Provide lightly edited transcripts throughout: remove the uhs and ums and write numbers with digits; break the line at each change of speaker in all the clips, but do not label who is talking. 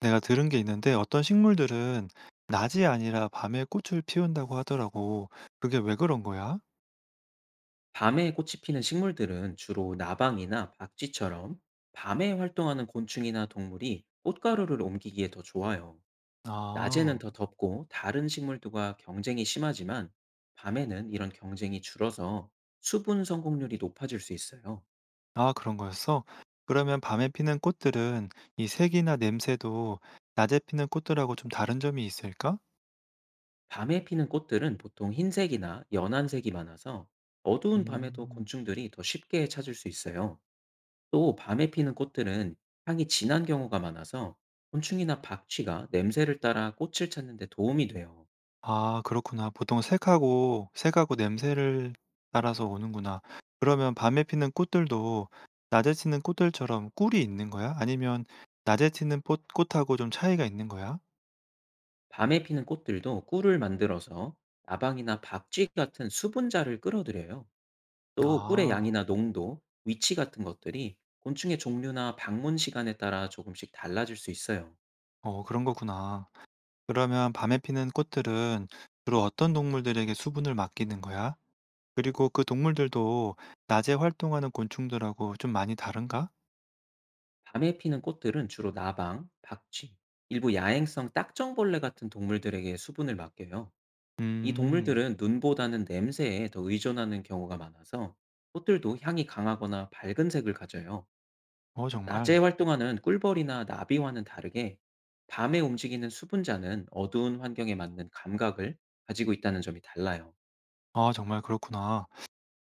내가 들은 게 있는데 어떤 식물들은 낮이 아니라 밤에 꽃을 피운다고 하더라고. 그게 왜 그런 거야?
밤에 꽃이 피는 식물들은 주로 나방이나 박쥐처럼 밤에 활동하는 곤충이나 동물이 꽃가루를 옮기기에 더 좋아요.
아,
낮에는 더 덥고 다른 식물들과 경쟁이 심하지만 밤에는 이런 경쟁이 줄어서 수분 성공률이 높아질 수 있어요.
아, 그런 거였어? 그러면 밤에 피는 꽃들은 이 색이나 냄새도 낮에 피는 꽃들하고 좀 다른 점이 있을까?
밤에 피는 꽃들은 보통 흰색이나 연한 색이 많아서 어두운 밤에도
음.
곤충들이 더 쉽게 찾을 수 있어요. 또 밤에 피는 꽃들은 향이 진한 경우가 많아서 곤충이나 박쥐가 냄새를 따라 꽃을 찾는 데 도움이 돼요.
아, 그렇구나. 보통 색하고, 색하고 냄새를 따라서 오는구나. 그러면 밤에 피는 꽃들도 낮에 피는 꽃들처럼 꿀이 있는 거야? 아니면 낮에 피는 꽃하고 좀 차이가 있는 거야?
밤에 피는 꽃들도 꿀을 만들어서 나방이나 박쥐 같은 수분자를 끌어들여요. 또 꿀의
아.
양이나 농도, 위치 같은 것들이 곤충의 종류나 방문 시간에 따라 조금씩 달라질 수 있어요.
어 그런 거구나. 그러면 밤에 피는 꽃들은 주로 어떤 동물들에게 수분을 맡기는 거야? 그리고 그 동물들도 낮에 활동하는 곤충들하고 좀 많이 다른가?
밤에 피는 꽃들은 주로 나방, 박쥐, 일부 야행성 딱정벌레 같은 동물들에게 수분을 맡겨요. 이
음.
동물들은 눈보다는 냄새에 더 의존하는 경우가 많아서 꽃들도 향이 강하거나 밝은 색을 가져요.
어
낮에
정말.
활동하는 꿀벌이나 나비와는 다르게 밤에 움직이는 수분자는 어두운 환경에 맞는 감각을 가지고 있다는 점이 달라요.
아 정말 그렇구나.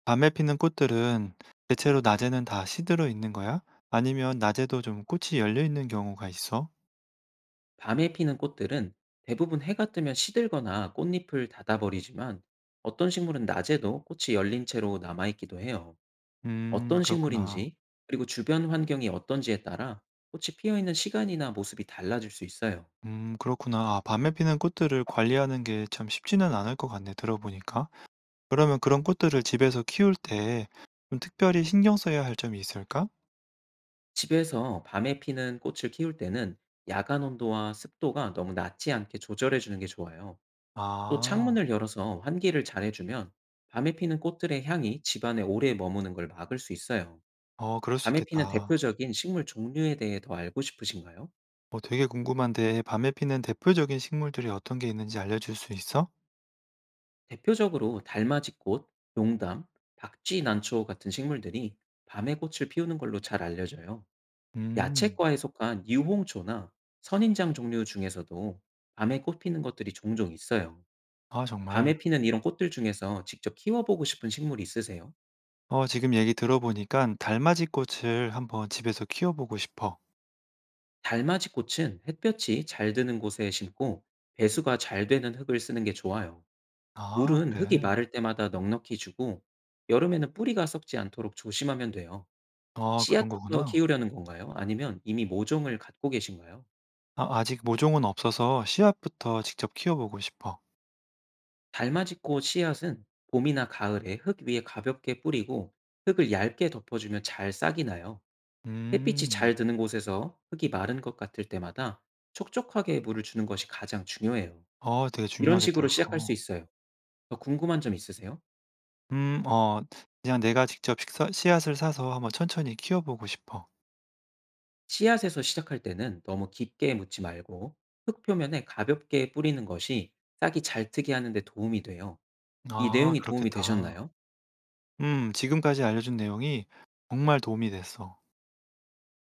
밤에 피는 꽃들은 대체로 낮에는 다 시들어 있는 거야? 아니면 낮에도 좀 꽃이 열려 있는 경우가 있어?
밤에 피는 꽃들은 대부분 해가 뜨면 시들거나 꽃잎을 닫아버리지만 어떤 식물은 낮에도 꽃이 열린 채로 남아있기도 해요. 어떤
그렇구나.
식물인지 그리고 주변 환경이 어떤지에 따라 꽃이 피어 있는 시간이나 모습이 달라질 수 있어요.
그렇구나. 아 밤에 피는 꽃들을 관리하는 게 참 쉽지는 않을 것 같네 들어보니까. 그러면 그런 꽃들을 집에서 키울 때 좀 특별히 신경 써야 할 점이 있을까?
집에서 밤에 피는 꽃을 키울 때는 야간 온도와 습도가 너무 낮지 않게 조절해 주는 게 좋아요. 또
아.
창문을 열어서 환기를 잘 해주면 밤에 피는 꽃들의 향이 집안에 오래 머무는 걸 막을 수 있어요.
어 그럴 수
밤에 피는
있겠다.
대표적인 식물 종류에 대해 더 알고 싶으신가요?
어 되게 궁금한데 밤에 피는 대표적인 식물들이 어떤 게 있는지 알려줄 수 있어?
대표적으로 달맞이꽃, 용담, 박쥐난초 같은 식물들이 밤에 꽃을 피우는 걸로 잘 알려져요.
음.
야채과에 속한 유홍초나 선인장 종류 중에서도 밤에 꽃 피는 것들이 종종 있어요.
아 정말.
밤에 피는 이런 꽃들 중에서 직접 키워보고 싶은 식물 있으세요?
어 지금 얘기 들어보니까 달맞이 꽃을 한번 집에서 키워보고 싶어.
달맞이 꽃은 햇볕이 잘 드는 곳에 심고 배수가 잘 되는 흙을 쓰는 게 좋아요.
아
물은 흙이
그래.
마를 때마다 넉넉히 주고 여름에는 뿌리가 썩지 않도록 조심하면 돼요.
아 그런
씨앗부터
거구나.
키우려는 건가요? 아니면 이미 모종을 갖고 계신가요?
아 아직 모종은 없어서 씨앗부터 직접 키워보고 싶어.
달맞이꽃 씨앗은 봄이나 가을에 흙 위에 가볍게 뿌리고 흙을 얇게 덮어주면 잘 싹이 나요. 햇빛이
음.
잘 드는 곳에서 흙이 마른 것 같을 때마다 촉촉하게 물을 주는 것이 가장 중요해요.
어 되게
이런
중요하겠다
식으로 시작할
그거.
수 있어요. 더 궁금한 점 있으세요?
어 "그냥 내가 직접 식사 씨앗을 사서 한번 천천히 키워보고 싶어."
씨앗에서 시작할 때는 너무 깊게 묻지 말고 흙 표면에 가볍게 뿌리는 것이 싹이 잘 트게 하는 데 도움이 돼요. 이
아
내용이 도움이
그렇겠다.
되셨나요?
지금까지 알려준 내용이 정말 도움이 됐어.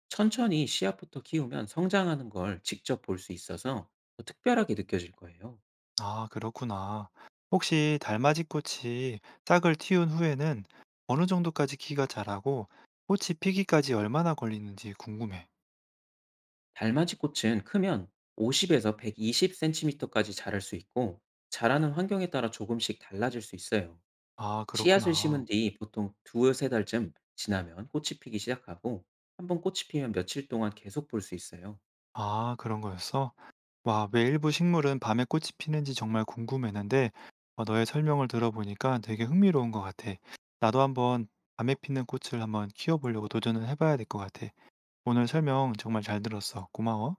천천히 씨앗부터 키우면 성장하는 걸 직접 볼 수 있어서 더 특별하게 느껴질 거예요.
아 그렇구나. 혹시 달맞이 꽃이 싹을 틔운 후에는 어느 정도까지 키가 자라고 꽃이 피기까지 얼마나 걸리는지 궁금해.
달맞이 꽃은 크면 50에서 120cm까지 자랄 수 있고 자라는 환경에 따라 조금씩 달라질 수 있어요.
아
씨앗을 심은
그렇구나.
뒤 보통 두어 세 달쯤 지나면 꽃이 피기 시작하고 한번 꽃이 피면 며칠 동안 계속 볼 수 있어요.
아 그런 거였어? 왜 일부 식물은 밤에 꽃이 피는지 정말 궁금했는데, 어, 너의 설명을 들어보니까 되게 흥미로운 것 같아. 나도 한번 밤에 피는 꽃을 한번 키워보려고 도전을 해봐야 될 것 같아. 오늘 설명 정말 잘 들었어. 고마워.